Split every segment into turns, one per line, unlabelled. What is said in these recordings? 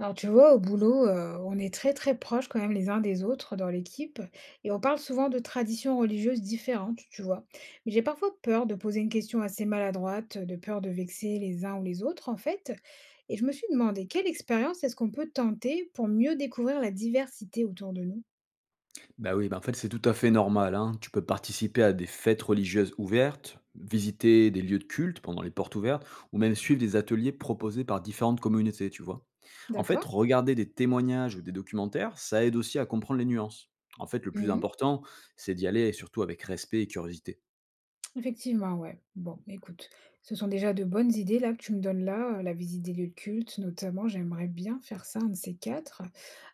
Alors tu vois, au boulot, on est très très proches quand même les uns des autres dans l'équipe et on parle souvent de traditions religieuses différentes, tu vois. Mais j'ai parfois peur de poser une question assez maladroite, de peur de vexer les uns ou les autres en fait. Et je me suis demandé quelle expérience est-ce qu'on peut tenter pour mieux découvrir la diversité autour de nous.
Bah oui, bah en fait, c'est tout à fait normal, hein. Tu peux participer à des fêtes religieuses ouvertes, visiter des lieux de culte pendant les portes ouvertes, ou même suivre des ateliers proposés par différentes communautés, tu vois. En fait,
D'accord?
regarder des témoignages ou des documentaires, ça aide aussi à comprendre les nuances. En fait, le plus important, c'est d'y aller et surtout avec respect et curiosité.
Effectivement, ouais. Bon, écoute, ce sont déjà de bonnes idées là que tu me donnes là, la visite des lieux de culte notamment, j'aimerais bien faire ça, un de ces quatre.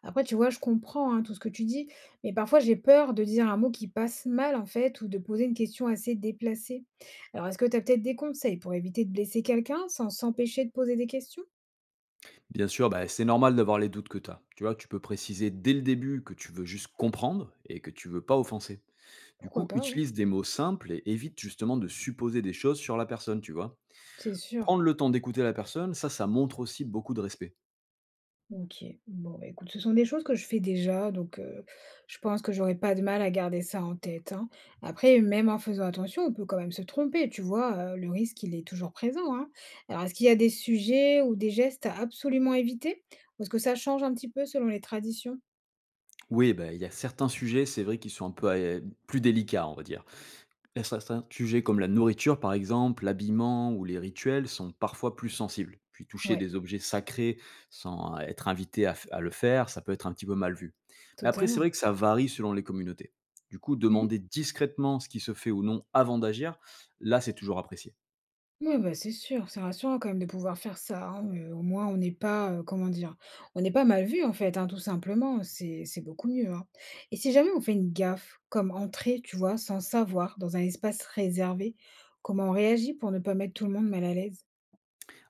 Après, tu vois, je comprends hein, tout ce que tu dis, mais parfois j'ai peur de dire un mot qui passe mal en fait ou de poser une question assez déplacée. Alors, est-ce que tu as peut-être des conseils pour éviter de blesser quelqu'un sans s'empêcher de poser des questions?
Bien sûr, bah, c'est normal d'avoir les doutes que tu as. Tu vois, tu peux préciser dès le début que tu veux juste comprendre et que tu veux pas offenser. Du
Pourquoi
coup,
pas, ouais,
utilise des mots simples et évite justement de supposer des choses sur la personne, tu vois.
c'est sûr.
Prendre le temps d'écouter la personne, ça montre aussi beaucoup de respect.
OK. Bon, bah, écoute, ce sont des choses que je fais déjà, donc je pense que j'aurais pas de mal à garder ça en tête, hein. Après, même en faisant attention, on peut quand même se tromper, tu vois? Le risque, il est toujours présent, hein. Alors est-ce qu'il y a des sujets ou des gestes à absolument éviter? Ou est-ce que ça change un petit peu selon les traditions?
Oui, bah, il y a certains sujets, c'est vrai, qui sont un peu plus délicats, on va dire. Il y a certains sujets comme la nourriture, par exemple, l'habillement ou les rituels sont parfois plus sensibles. Puis toucher
Ouais,
des objets sacrés sans être invité à, à le faire, ça peut être un petit peu mal vu. Mais après, c'est
totalement.
vrai que ça varie selon les communautés. Du coup,
Mmh.
demander discrètement ce qui se fait ou non avant d'agir, là, c'est toujours apprécié.
Oui, bah, c'est sûr, c'est rassurant quand même de pouvoir faire ça, hein, au moins on n'est pas, comment dire? On n'est pas mal vu en fait, hein, tout simplement, c'est beaucoup mieux, hein. Et si jamais on fait une gaffe, comme entrer, tu vois, sans savoir, dans un espace réservé, comment on réagit pour ne pas mettre tout le monde mal à l'aise?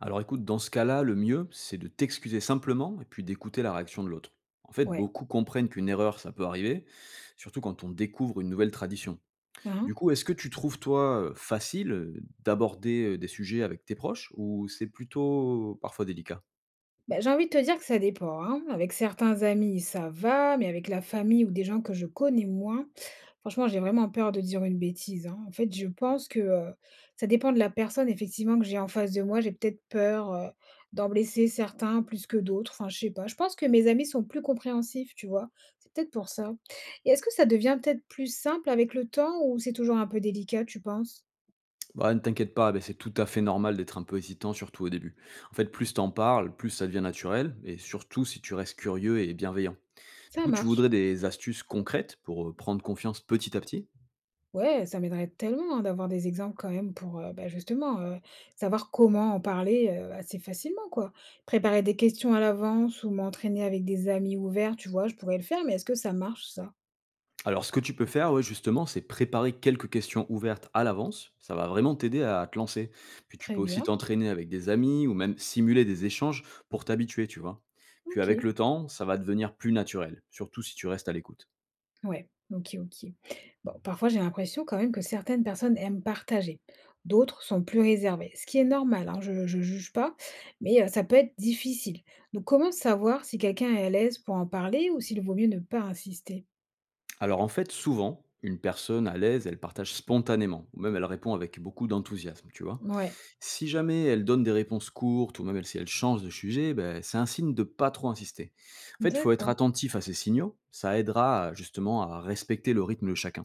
Alors écoute, dans ce cas-là, le mieux, c'est de t'excuser simplement et puis d'écouter la réaction de l'autre. En fait,
Ouais.
beaucoup comprennent qu'une erreur, ça peut arriver, surtout quand on découvre une nouvelle tradition.
Hein,
Du
hein.
coup, est-ce que tu trouves, toi, facile d'aborder des sujets avec tes proches ou c'est plutôt parfois délicat?
Bah, j'ai envie de te dire que ça dépend, hein. Avec certains amis, ça va, mais avec la famille ou des gens que je connais moins, franchement, j'ai vraiment peur de dire une bêtise, hein. En fait, je pense que, ça dépend de la personne effectivement que j'ai en face de moi. J'ai peut-être peur, d'en blesser certains plus que d'autres, enfin, je sais pas. Je pense que mes amis sont plus compréhensifs, tu vois? C'est peut-être pour ça. Et est-ce que ça devient peut-être plus simple avec le temps ou c'est toujours un peu délicat, tu penses?
Bah, ne t'inquiète pas, ben, c'est tout à fait normal d'être un peu hésitant, surtout au début. En fait, plus t'en parles, plus ça devient naturel, et surtout si tu restes curieux et bienveillant. Du
Ça
coup, tu
marche.
voudrais des astuces concrètes pour prendre confiance petit à petit?
Ouais, ça m'aiderait tellement, hein, d'avoir des exemples quand même pour, bah, justement, savoir comment en parler, assez facilement, quoi. Préparer des questions à l'avance ou m'entraîner avec des amis ouverts, tu vois? Je pourrais le faire, mais est-ce que ça marche ça?
Alors, ce que tu peux faire, ouais, justement, c'est préparer quelques questions ouvertes à l'avance. Ça va vraiment t'aider à te lancer. Puis tu peux
Très
aussi
bien,
t'entraîner avec des amis ou même simuler des échanges pour t'habituer, tu vois. Puis avec
OK.
le temps, ça va devenir plus naturel, surtout si tu restes à l'écoute.
Ouais, OK, OK. Bon, parfois j'ai l'impression quand même que certaines personnes aiment partager, d'autres sont plus réservées, ce qui est normal, hein, je juge pas, mais, ça peut être difficile. Donc comment savoir si quelqu'un est à l'aise pour en parler ou s'il vaut mieux ne pas insister?
Alors en fait, souvent, une personne à l'aise, elle partage spontanément, ou même elle répond avec beaucoup d'enthousiasme, tu vois.
Ouais,
Si jamais elle donne des réponses courtes, ou même si elle change de sujet, ben, c'est un signe de pas trop insister. En fait, il faut être
d'accord.
attentif à ces signaux, ça justement à respecter le rythme de chacun.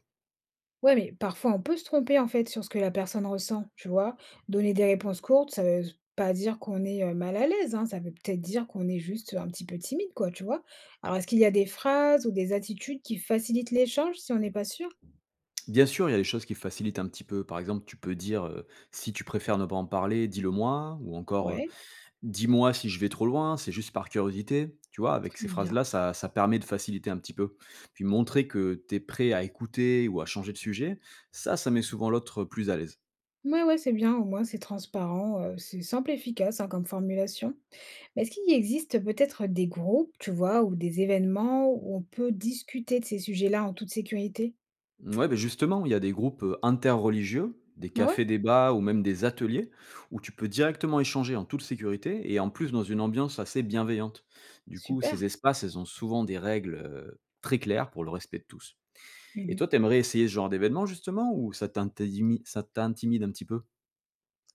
Ouais, mais parfois on peut se tromper en fait sur ce que la personne ressent, tu vois? Donner des réponses courtes, ça veut pas dire qu'on est mal à l'aise, hein, ça veut peut-être dire qu'on est juste un petit peu timide, quoi, tu vois? Alors, est-ce qu'il y a des phrases ou des attitudes qui facilitent l'échange si on n'est pas sûr?
Bien sûr, il y a des choses qui facilitent un petit peu. Par exemple, tu peux dire si tu préfères ne pas en parler, dis-le moi, ou encore
Ouais,
dis-moi si je vais trop loin, c'est juste par curiosité, tu vois? Avec ces
très bien.
phrases-là, ça permet de faciliter un petit peu. Puis montrer que tu es prêt à écouter ou à changer de sujet, ça met souvent l'autre plus à l'aise.
Ouais, ouais, c'est bien, au moins c'est transparent, c'est simple et efficace hein, comme formulation. Mais est-ce qu'il existe peut-être des groupes, tu vois, ou des événements où on peut discuter de ces sujets-là en toute sécurité?
Ouais, ben justement, il y a des groupes, interreligieux, des
Bah ouais,
cafés-débats ou même des ateliers où tu peux directement échanger en toute sécurité et en plus dans une ambiance assez bienveillante. Du coup,
super.
ces espaces, elles ont souvent des règles, très claires pour le respect de tous. Et toi, t'aimerais essayer ce genre d'événement justement ou ça t'intimide un petit peu?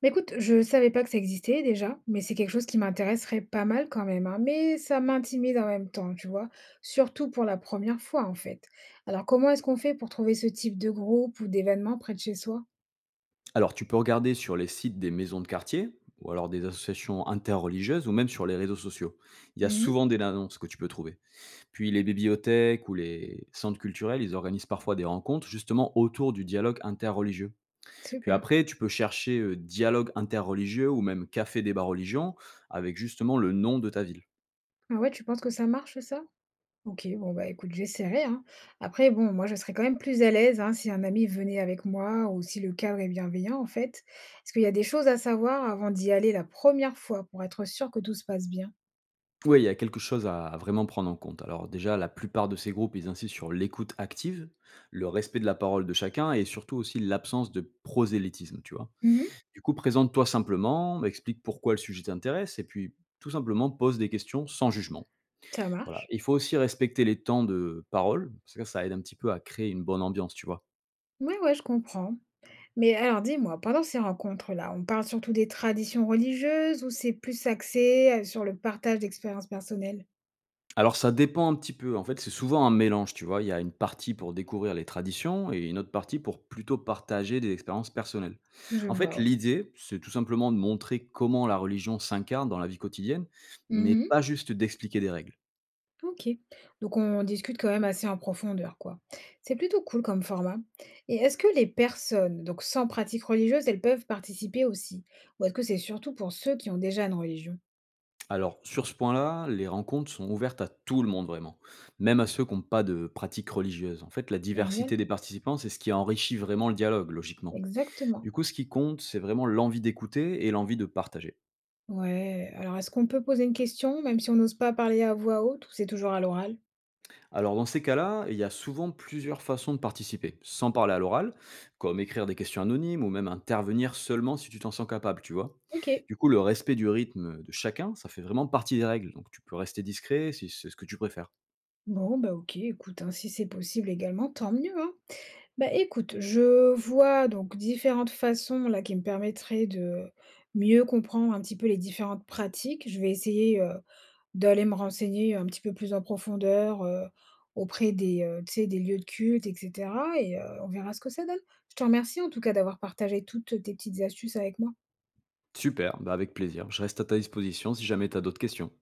Bah, écoute, je savais pas que ça existait déjà, mais c'est quelque chose qui m'intéresserait pas mal quand même, hein, mais ça m'intimide en même temps, tu vois, surtout pour la première fois en fait. Alors comment est-ce qu'on fait pour trouver ce type de groupe ou d'événement près de chez soi?
Alors, tu peux regarder sur les sites des maisons de quartier ou alors des associations interreligieuses ou même sur les réseaux sociaux. Il y a
Mhm,
souvent des annonces que tu peux trouver. Puis les bibliothèques ou les centres culturels, ils organisent parfois des rencontres justement autour du dialogue interreligieux. Puis
super.
après, tu peux chercher dialogue interreligieux ou même café débat religion avec justement le nom de ta ville.
Ah ouais, tu penses que ça marche ça? Ok, bon bah écoute, j'essaierai, hein. Après, bon, moi je serais quand même plus à l'aise hein, si un ami venait avec moi ou si le cadre est bienveillant en fait. Est-ce qu'il y a des choses à savoir avant d'y aller la première fois pour être sûr que tout se passe bien?
Oui, il y a quelque chose à vraiment prendre en compte. Alors déjà, la plupart de ces groupes, ils insistent sur l'écoute active, le respect de la parole de chacun et surtout aussi l'absence de prosélytisme, tu vois.
Mhm,
Du coup, présente-toi simplement, explique pourquoi le sujet t'intéresse et puis tout simplement pose des questions sans jugement.
ça
Voilà.
marche.
Il faut aussi respecter les temps de parole, parce que ça aide un petit peu à créer une bonne ambiance, tu vois?
Ouais, ouais, je comprends. Mais alors dis-moi, pendant ces rencontres-là, on parle surtout des traditions religieuses ou c'est plus axé sur le partage d'expériences personnelles?
Alors ça dépend un petit peu, en fait, c'est souvent un mélange, tu vois? Il y a une partie pour découvrir les traditions et une autre partie pour plutôt partager des expériences personnelles.
Je
En fait,
vois, ouais.
l'idée, c'est tout simplement de montrer comment la religion s'incarne dans la vie quotidienne, mais
Mhm.
pas juste d'expliquer des règles.
Ok. Donc on discute quand même assez en profondeur, quoi. C'est plutôt cool comme format. Et est-ce que les personnes, donc sans pratique religieuse, elles peuvent participer aussi? Ou est-ce que c'est surtout pour ceux qui ont déjà une religion?
Alors, sur ce point-là, les rencontres sont ouvertes à tout le monde vraiment, même à ceux qui n'ont pas de pratique religieuse. En fait, la
Génial.
diversité des participants, c'est ce qui enrichit vraiment le dialogue, logiquement.
Exactement.
Du coup, ce qui compte, c'est vraiment l'envie d'écouter et l'envie de partager.
Ouais. Alors est-ce qu'on peut poser une question, même si on n'ose pas parler à voix haute ou c'est toujours à l'oral?
Alors, dans ces cas-là, il y a souvent plusieurs façons de participer, sans parler à l'oral, comme écrire des questions anonymes ou même intervenir seulement si tu t'en sens capable, tu vois.
Ok.
Du coup, le respect du rythme de chacun, ça fait vraiment partie des règles, donc tu peux rester discret si c'est ce que tu préfères.
Bon, bah, OK, écoute, hein, si c'est possible également, tant mieux, hein. Bah, écoute, je vois donc différentes façons là qui me permettraient de mieux comprendre un petit peu les différentes pratiques. Je vais essayer, d'aller me renseigner un petit peu plus en profondeur, auprès des, tu sais, des lieux de culte et cetera et on verra ce que ça donne. Je te remercie en tout cas d'avoir partagé toutes tes petites astuces avec moi.
Super, bah avec plaisir. Je reste à ta disposition si jamais tu as d'autres questions.